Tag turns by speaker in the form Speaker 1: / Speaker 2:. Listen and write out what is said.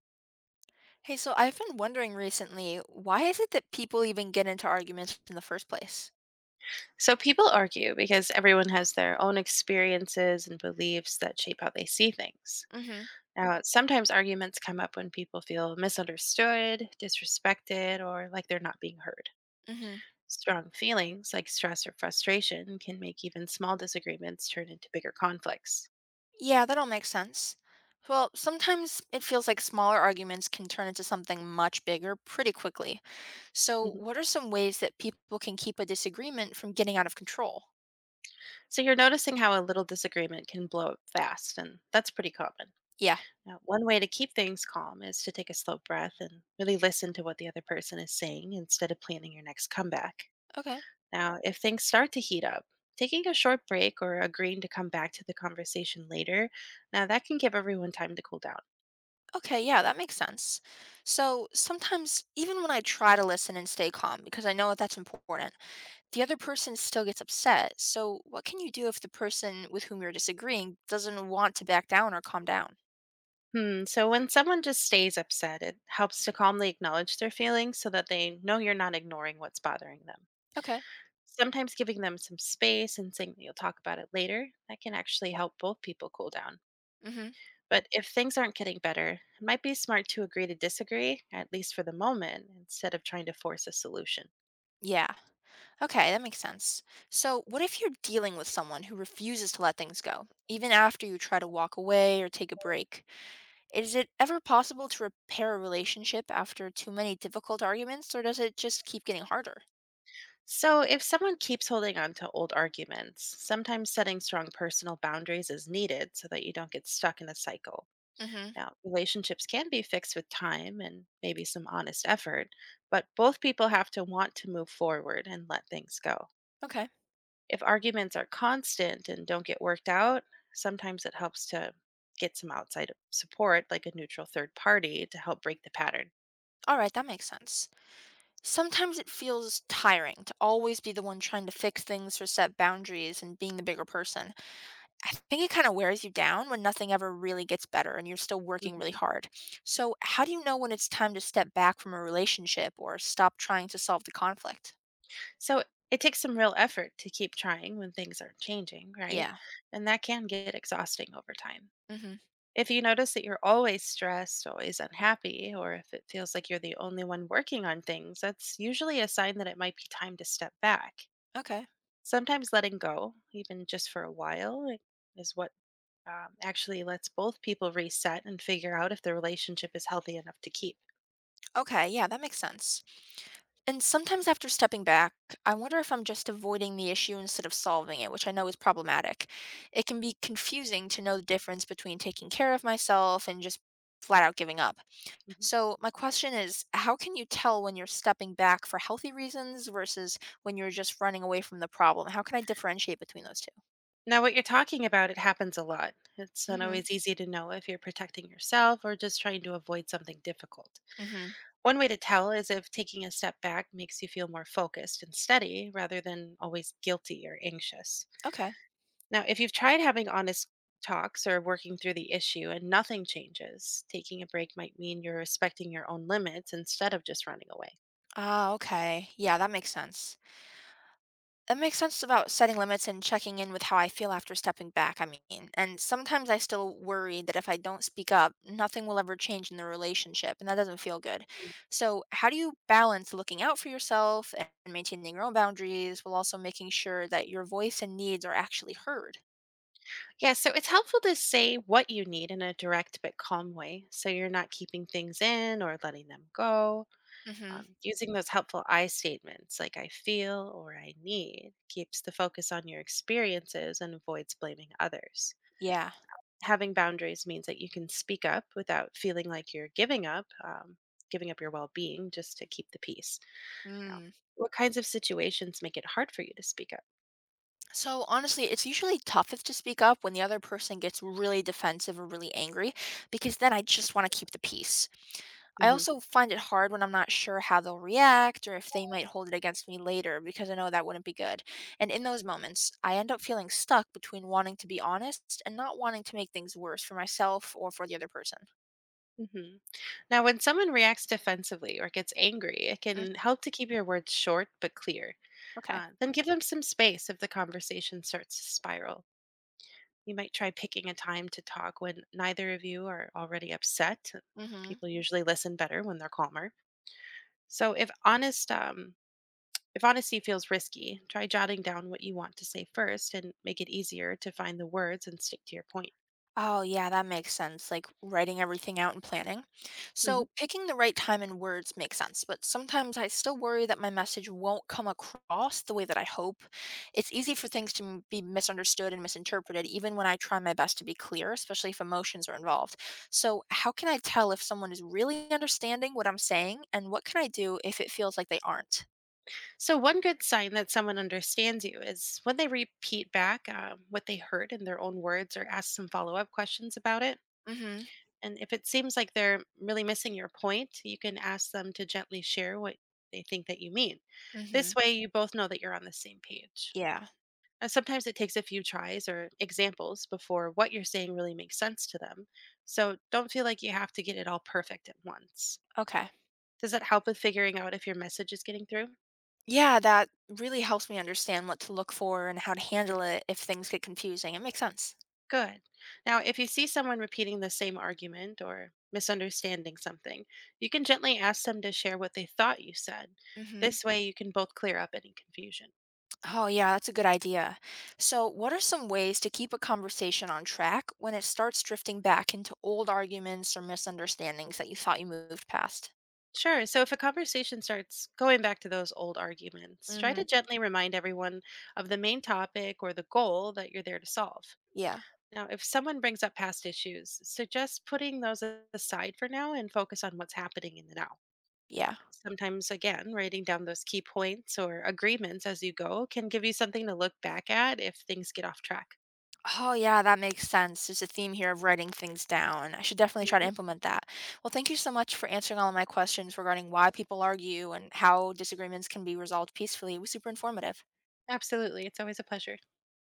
Speaker 1: Hey, so I've been wondering recently, why is it that people even get into arguments in the first place?
Speaker 2: So people argue because everyone has their own experiences and beliefs that shape how they see things.
Speaker 1: Mm-hmm.
Speaker 2: Now, sometimes arguments come up when people feel misunderstood, disrespected, or like they're not being heard.
Speaker 1: Mm-hmm.
Speaker 2: Strong feelings like stress or frustration can make even small disagreements turn into bigger conflicts.
Speaker 1: Yeah, that all makes sense. Well, sometimes it feels like smaller arguments can turn into something much bigger pretty quickly. So,
Speaker 2: Mhm.
Speaker 1: what are some ways that people can keep a disagreement from getting out of control?
Speaker 2: So you're noticing how a little disagreement can blow up fast, and that's pretty common.
Speaker 1: Yeah,
Speaker 2: Now, one way to keep things calm is to take a slow breath and really listen to what the other person is saying instead of planning your next comeback.
Speaker 1: okay.
Speaker 2: Now, if things start to heat up, taking a short break or agreeing to come back to the conversation later, now that can give everyone time to cool down.
Speaker 1: Okay, yeah, that makes sense. So, sometimes even when I try to listen and stay calm, because I know that's important, the other person still gets upset. So, what can you do if the person with whom you're disagreeing doesn't want to back down or calm down?
Speaker 2: Hmm, so when someone just stays upset, it helps to calmly acknowledge their feelings so that they know you're not ignoring what's bothering them.
Speaker 1: Okay.
Speaker 2: Sometimes giving them some space and saying that you'll talk about it later, that can actually help both people cool down.
Speaker 1: Mm-hmm.
Speaker 2: But if things aren't getting better, it might be smart to agree to disagree, at least for the moment, instead of trying to force a solution.
Speaker 1: Yeah. Okay, that makes sense. So, what if you're dealing with someone who refuses to let things go, even after you try to walk away or take a break? Is it ever possible to repair a relationship after too many difficult arguments, or does it just keep getting harder?
Speaker 2: So, if someone keeps holding on to old arguments, sometimes setting strong personal boundaries is needed so that you don't get stuck in a cycle.
Speaker 1: Mm-hmm.
Speaker 2: Now, relationships can be fixed with time and maybe some honest effort, but both people have to want to move forward and let things go.
Speaker 1: Okay.
Speaker 2: If arguments are constant and don't get worked out, sometimes it helps to get some outside support, like a neutral third party, to help break the pattern.
Speaker 1: All right, that makes sense. Sometimes it feels tiring to always be the one trying to fix things or set boundaries and being the bigger person. I think it kind of wears you down when nothing ever really gets better and you're still working really
Speaker 2: Mhm.
Speaker 1: hard. So, how do you know when it's time to step back from a relationship or stop trying to solve the conflict?
Speaker 2: So it takes some real effort to keep trying when things aren't changing, right?
Speaker 1: Yeah.
Speaker 2: And that can get exhausting over time.
Speaker 1: Mhm.
Speaker 2: If you notice that you're always stressed, always unhappy, or if it feels like you're the only one working on things, that's usually a sign that it might be time to step back.
Speaker 1: Okay.
Speaker 2: Sometimes letting go, even just for a while, is what actually lets both people reset and figure out if the relationship is healthy enough to keep.
Speaker 1: Okay, yeah, that makes sense. And sometimes after stepping back, I wonder if I'm just avoiding the issue instead of solving it, which I know is problematic. It can be confusing to know the difference between taking care of myself and just flat out giving up.
Speaker 2: Mm-hmm.
Speaker 1: So, my question is how can you tell when you're stepping back for healthy reasons versus when you're just running away from the problem? How can I differentiate between those two?
Speaker 2: Now, what you're talking about, it happens a lot. It's
Speaker 1: Mm
Speaker 2: not
Speaker 1: hmm.
Speaker 2: always easy to know if you're protecting yourself or just trying to avoid something difficult.
Speaker 1: Mm hmm.
Speaker 2: One way to tell is if taking a step back makes you feel more focused and steady rather than always guilty or anxious.
Speaker 1: Okay.
Speaker 2: Now, if you've tried having honest talks or working through the issue and nothing changes, taking a break might mean you're respecting your own limits instead of just running away.
Speaker 1: Ah, okay. Yeah, that makes sense. That makes sense about setting limits and checking in with how I feel after stepping back. I mean, and sometimes I still worry that if I don't speak up, nothing will ever change in the relationship, and that doesn't feel good. So, how do you balance looking out for yourself and maintaining your own boundaries while also making sure that your voice and needs are actually heard?
Speaker 2: Yeah, so it's helpful to say what you need in a direct but calm way so you're not keeping things in or letting them go.
Speaker 1: Mm-hmm.
Speaker 2: Using those helpful I statements like I feel or I need keeps the focus on your experiences and avoids blaming others.
Speaker 1: Yeah.
Speaker 2: Having boundaries means that you can speak up without feeling like you're giving up your well being just to keep the peace. Now,
Speaker 1: Mm.
Speaker 2: what kinds of situations make it hard for you to speak up?
Speaker 1: So honestly, it's usually toughest to speak up when the other person gets really defensive or really angry, because then I just want to keep the peace. I
Speaker 2: Hmm.
Speaker 1: also find it hard when I'm not sure how they'll react or if they might hold it against me later because I know that wouldn't be good. And in those moments, I end up feeling stuck between wanting to be honest and not wanting to make things worse for myself or for the other person.
Speaker 2: Hmm. Now, when someone reacts defensively or gets angry, it
Speaker 1: Mm,
Speaker 2: can help to keep your words short but clear.
Speaker 1: okay.
Speaker 2: Then give them some space if the conversation starts to spiral. You might try picking a time to talk when neither of you are already upset.
Speaker 1: Mhm.
Speaker 2: People usually listen better when they're calmer. So, if honesty feels risky, try jotting down what you want to say first and make it easier to find the words and stick to your point.
Speaker 1: Oh, yeah, that makes sense. Like writing everything out and planning. So, picking the right time and words makes sense, but sometimes I still worry that my message won't come across the way that I hope. It's easy for things to be misunderstood and misinterpreted, even when I try my best to be clear, especially if emotions are involved. So, how can I tell if someone is really understanding what I'm saying, and what can I do if it feels like they aren't?
Speaker 2: So, one good sign that someone understands you is when they repeat back what they heard in their own words or ask some follow up questions about it.
Speaker 1: Mm
Speaker 2: And if it seems like they're really missing your point, you can ask them to gently share what they think that you mean.
Speaker 1: hmm. Mm hmm.
Speaker 2: This way, you both know that you're on the same page.
Speaker 1: Yeah.
Speaker 2: And sometimes it takes a few tries or examples before what you're saying really makes sense to them. So, don't feel like you have to get it all perfect at once.
Speaker 1: Okay.
Speaker 2: Does that help with figuring out if your message is getting through?
Speaker 1: Yeah, that really helps me understand what to look for and how to handle it if things get confusing. It makes sense.
Speaker 2: Good. Now, if you see someone repeating the same argument or misunderstanding something, you can gently ask them to share what they thought you said.
Speaker 1: Hmm.
Speaker 2: This way, you can both clear up any confusion.
Speaker 1: Oh, yeah, that's a good idea. So, what are some ways to keep a conversation on track when it starts drifting back into old arguments or misunderstandings that you thought you moved past?
Speaker 2: Sure. So, if a conversation starts going back to those old arguments, try to
Speaker 1: Hmm.
Speaker 2: gently remind everyone of the main topic or the goal that you're there to solve.
Speaker 1: Yeah,
Speaker 2: Now, if someone brings up past issues, suggest putting aside for now and focus on what's happening in the now.
Speaker 1: yeah.
Speaker 2: Sometimes, again, writing down those key points or agreements as you go can give you something to look back at if things get off track.
Speaker 1: Oh, yeah, that makes sense. There's a theme here of writing things down. I should definitely try to
Speaker 2: Mhm.
Speaker 1: implement that. Well, thank you so much for answering all of my questions regarding why people argue and how disagreements can be resolved peacefully. It was super informative.
Speaker 2: Absolutely. It's always a pleasure.